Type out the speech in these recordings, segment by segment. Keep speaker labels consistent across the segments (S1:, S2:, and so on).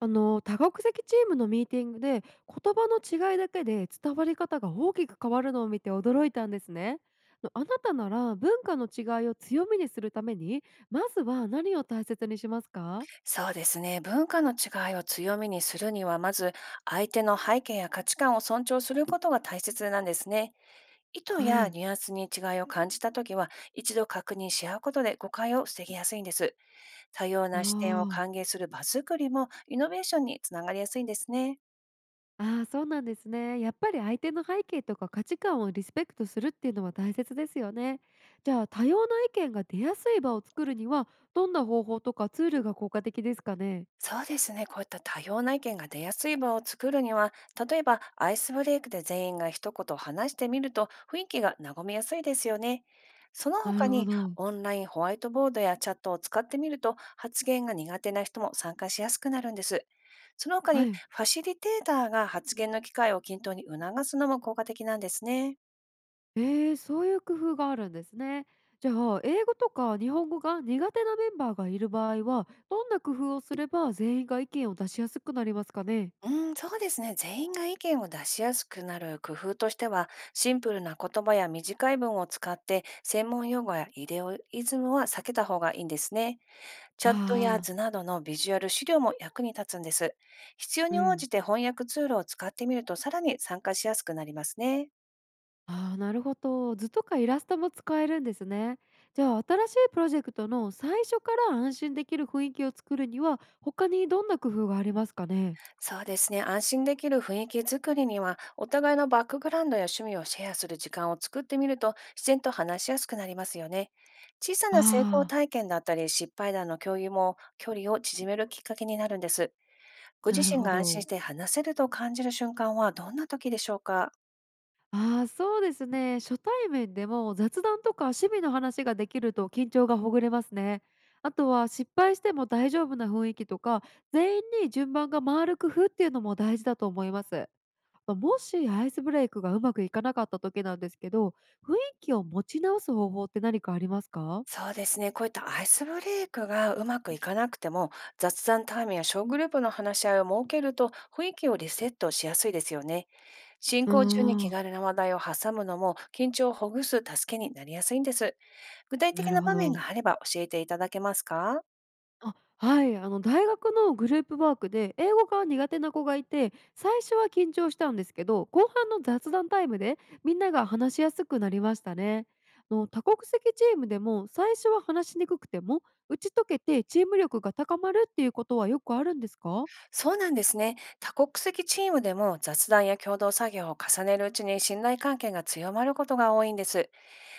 S1: 多国籍チームのミーティングで言葉の違いだけで伝わり方が大きく変わるのを見て驚いたんですね。あなたなら文化の違いを強みにするために、まずは何を大切にしますか？
S2: そうですね。文化の違いを強みにするには、まず相手の背景や価値観を尊重することが大切なんですね。意図
S1: は
S2: や
S1: い。
S2: ニュアンスに違いを感じたときは、一度確認し合うことで誤解を防ぎやすいんです。多様
S1: あ
S2: な視点を
S1: ー
S2: 歓迎する場作りもイノベーションにつながりやすいんですね。
S1: そうなんですね。やっぱり相手の背景とか価値観をリスペクトするっていうのは大切ですよね。じゃあ、多様な意見が出やすい場を作るには、どんな方法とかツールが効果的ですかね？
S2: そうですね。こういった多様な意見が出やすい場を作るには、例えばアイスブレイクで全員が一言話してみると雰囲気が和みやすいですよね。その
S1: な
S2: 他
S1: るほ
S2: に、
S1: ど。
S2: オンラインホワイトボードやチャットを使ってみると発言が苦手な人も参加しやすくなるんです。その他
S1: は
S2: に、
S1: い。
S2: ファシリテーターが発言の機会を均等に促すのも効果的なんですね。
S1: ええ、そういう工夫があるんですね。じゃあ、英語とか日本語が苦手なメンバーがいる場合は、どんな工夫をすれば全員が意見を出しやすくなりますかね。
S2: うん、そうですね。全員が意見を出しやすくなる工夫としては、シンプルな言葉や短い文を使って、専門用語やイデオイズムは避けた方がいいんですね。チャットや
S1: ああ、
S2: 図などのビジュアル資料も役に立つんです。必要
S1: う
S2: に応
S1: ん。
S2: じて翻訳ツールを使ってみると、さらに参加しやすくなりますね。
S1: ああ、なるほど。図とかイラストも使えるんですね。じゃあ、新しいプロジェクトの最初から安心できる雰囲気を作るには、他にどんな工夫がありますかね。
S2: そうですね。安心できる雰囲気づくりには、お互いのバックグラウンドや趣味をシェアする時間を作ってみると、自然と話しやすくなりますよね。小さ
S1: あ
S2: な成功
S1: あ、
S2: 体験だったり、失敗談の共有も、距離を縮めるきっかけになるんです。ご自
S1: なる
S2: 身
S1: ほ
S2: が安心し
S1: ど。
S2: て話せると感じる瞬間は、どんな時でしょうか？
S1: ああ、そうですね。初対面でも雑談とか趣味の話ができると緊張がほぐれますね。あとは失敗しても大丈夫な雰囲気とか、全員に順番が回る工夫っていうのも大事だと思います。まあ、もしアイスブレイクがうまくいかなかった時なんですけど、雰囲気を持ち直す方法って何かありますか？
S2: そうですね。こういったアイスブレイクがうまくいかなくても、雑談タイムや小グループの話し合いを設けると、雰囲気をリセットしやすいですよね。進
S1: うー
S2: 行中に気
S1: ん、
S2: 軽な話題を挟むのも、緊張をほぐす助けになりやすいんです。具体
S1: な
S2: 的
S1: る
S2: な
S1: ほ
S2: 場面
S1: ど。
S2: があれば教えていただけますか？
S1: あ、はい、大学のグループワークで英語が苦手な子がいて、最初は緊張したんですけど、後半の雑談タイムでみんなが話しやすくなりましたね。多国籍チームでも最初は話しにくくても、打ち解けてチーム力が高まるっていうことはよくあるんですか？
S2: そうなんですね。多国籍チームでも雑談や共同作業を重ねるうちに信頼関係が強まることが多いんです。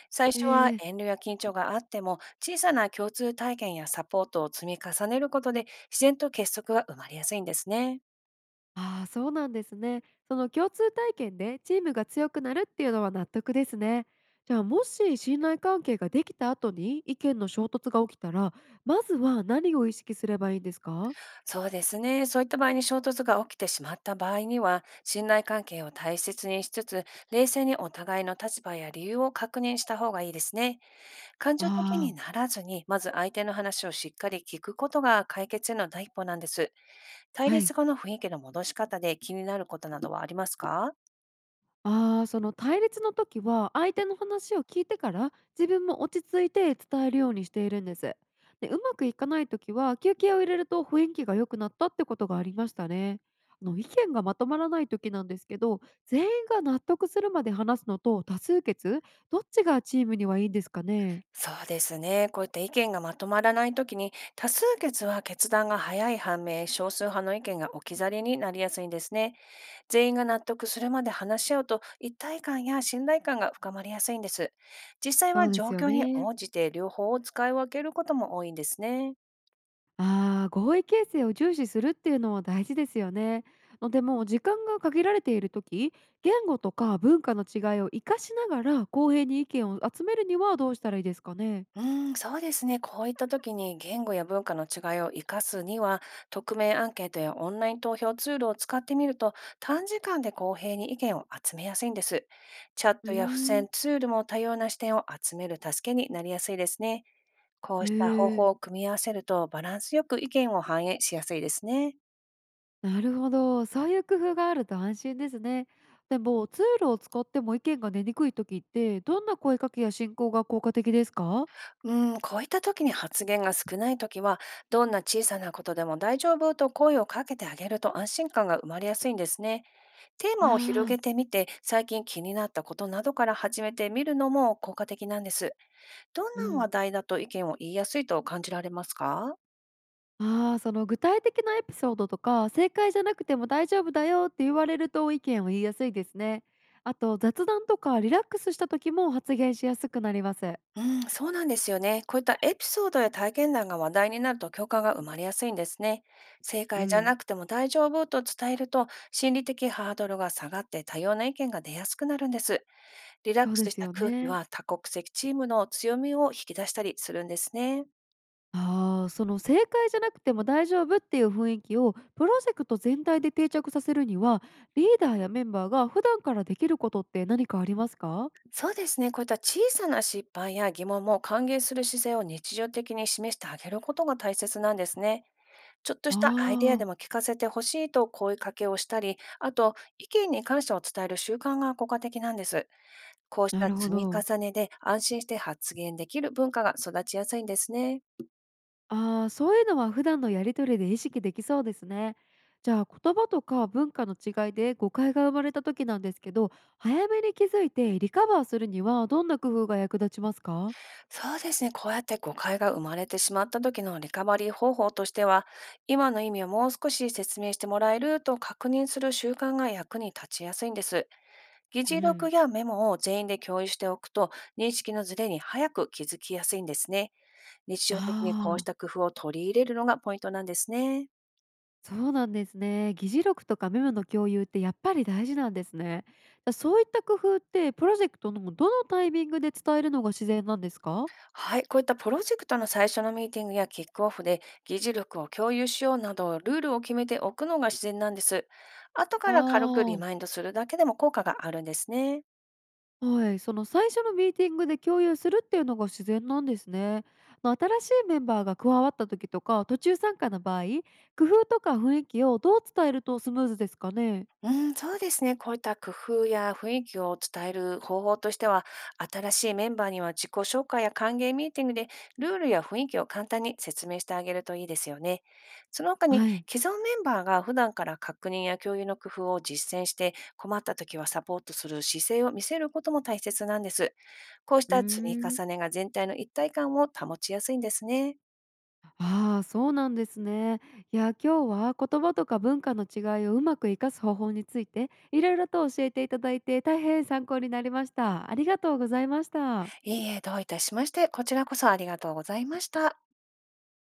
S2: 最初は
S1: ええ。
S2: 遠慮や緊張があっても、小さな共通体験やサポートを積み重ねることで、自然と結束が生まれやすいんですね。
S1: ああ、そうなんですね。その共通体験でチームが強くなるっていうのは納得ですね。じゃあ、もし信頼関係ができた後に意見の衝突が起きたら、まずは何を意識すればいいんですか？
S2: そうですね。そういった場合に衝突が起きてしまった場合には、信頼関係を大切にしつつ、冷静にお互いの立場や理由を確認した方がいいですね。感情的
S1: ああ
S2: に
S1: ー、
S2: ならずに、まず相手の話をしっかり聞くことが解決への第一歩なんです。対
S1: は
S2: 立
S1: い。
S2: 後の雰囲気の戻し方で気になることなどはありますか？
S1: ああ、その対立の時は相手の話を聞いてから、自分も落ち着いて伝えるようにしているんです。で、うまくいかない時は休憩を入れると雰囲気が良くなったってことがありましたね。意見がまとまらない時なんですけど、全員が納得するまで話すのと多数決、どっちがチームにはいいんですかね。
S2: そうですね。こういった意見がまとまらないときに、多数決は決断が早い反面、少数派の意見が置き去りになりやすいんですね。全員が納得するまで話し合うと一体感や信頼感が深まりやすいんです。実際
S1: そ
S2: は
S1: うで
S2: 状
S1: すよ
S2: 況に
S1: ね。
S2: 応じて両方を使い分けることも多いんですね。
S1: ああ、合意形成を重視するっていうのは大事ですよね。のでも、時間が限られている時、言語とか文化の違いを生かしながら公平に意見を集めるにはどうしたらいいですかね？
S2: うーん、そうですね。こういった時に言語や文化の違いを生かすには、匿名アンケートやオンライン投票ツールを使ってみると、短時間で公平に意見を集めやすいんです。チャッ
S1: うー
S2: トや付
S1: ん
S2: 箋ツールも多様な視点を集める助けになりやすいですね。こう
S1: え
S2: した方
S1: ー、
S2: 法を組み合わせると、バランスよく意見を反映しやすいですね。
S1: なるほど、そういう工夫があると安心ですね。でも、ツールを使っても意見が出にくい時って、どんな声かけや進行が効果的ですか？
S2: うーん、こういった時に発言が少ない時は、どんな小さなことでも大丈夫と声をかけてあげると安心感が生まれやすいんですね。テー
S1: あ
S2: マを広
S1: あ
S2: げ
S1: ー。
S2: てみて、最近気になったことなどから始めてみるのも効果的なんです。ど
S1: う
S2: んな話
S1: ん。
S2: 題だと意見を言いやすいと感じられますか？
S1: ああ、その具体的なエピソードとか、正解じゃなくても大丈夫だよって言われると意見を言いやすいですね。あと雑談とかリラックスした時も発言しやすくなります。
S2: うん、そうなんですよね。こういったエピソードや体験談が話題になると共感が生まれやすいんですね。正
S1: う
S2: 解じゃ
S1: ん、
S2: なくても大丈夫と伝えると心理的ハードルが下がって多様な意見が出やすくなるんです。リラッ
S1: そう
S2: ク
S1: で
S2: スし
S1: す
S2: た
S1: よ
S2: 空気
S1: ね。
S2: は多国籍チームの強みを引き出したりするんですね。
S1: ああ、その正解じゃなくても大丈夫っていう雰囲気をプロジェクト全体で定着させるには、リーダーやメンバーが普段からできることって何かありますか？
S2: そうですね。こういった小さな失敗や疑問も歓迎する姿勢を日常的に示してあげることが大切なんですね。ちょっとしたアイデアで
S1: ああ
S2: も聞かせてほしいと声かけをしたり、あと意見に感謝を伝える習慣が効果的なんです。こうし
S1: ー、な
S2: た
S1: るほ
S2: 積み
S1: ど。
S2: 重ねで安心して発言できる文化が育ちやすいんですね。
S1: ああ、そういうのは普段のやり取りで意識できそうですね。じゃあ、言葉とか文化の違いで誤解が生まれた時なんですけど、早めに気づいてリカバーするにはどんな工夫が役立ちますか？
S2: そうですね。こうやって誤解が生まれてしまった時のリカバリー方法としては、今の意味をもう少し説明してもらえると確認する習慣が役に立ちやすいんです。議
S1: う
S2: 事録
S1: ん、
S2: やメモを全員で共有しておくと、認識のズレに早く気づきやすいんですね。日
S1: あ
S2: 常的にこうし
S1: あ、
S2: た工夫を取り入れるのがポイントなんですね。
S1: そうなんですね。議事録とかメモの共有ってやっぱり大事なんですね。じゃあ、そういった工夫ってプロジェクトのどのタイミングで伝えるのが自然なんですか？
S2: はい、こういったプロジェクトの最初のミーティングやキックオフで議事力を共有しようなどルールを決めておくのが自然なんです。後か
S1: あ
S2: ら軽くリ
S1: あ
S2: マイ
S1: ー。
S2: ンドするだけでも効果があるんですね。
S1: はい、その最初のミーティングで共有するっていうのが自然なんですね。まあ、新しいメンバーが加わった時とか途中参加の場合、工夫とか雰囲気をどう伝えるとスムーズですかね？
S2: うん、そうですね。こういった工夫や雰囲気を伝える方法としては、新しいメンバーには自己紹介や歓迎ミーティングでルールや雰囲気を簡単に説明してあげるといいですよね。その他に、
S1: はい。
S2: 既存メンバーが普段から確認や共有の工夫を実践して困った時はサポートする姿勢を見せることも大切なんです。こうし
S1: うー
S2: た積み
S1: ん、
S2: 重ねが全体の一体感を保ちやすいんですね。
S1: ああ、そうなんですね。いや、今日は言葉とか文化の違いをうまく活かす方法についていろいろと教えていただいて、大変参考になりました。ありがとうございました。
S2: いいえ、どういたしまして、こちらこそありがとうございました。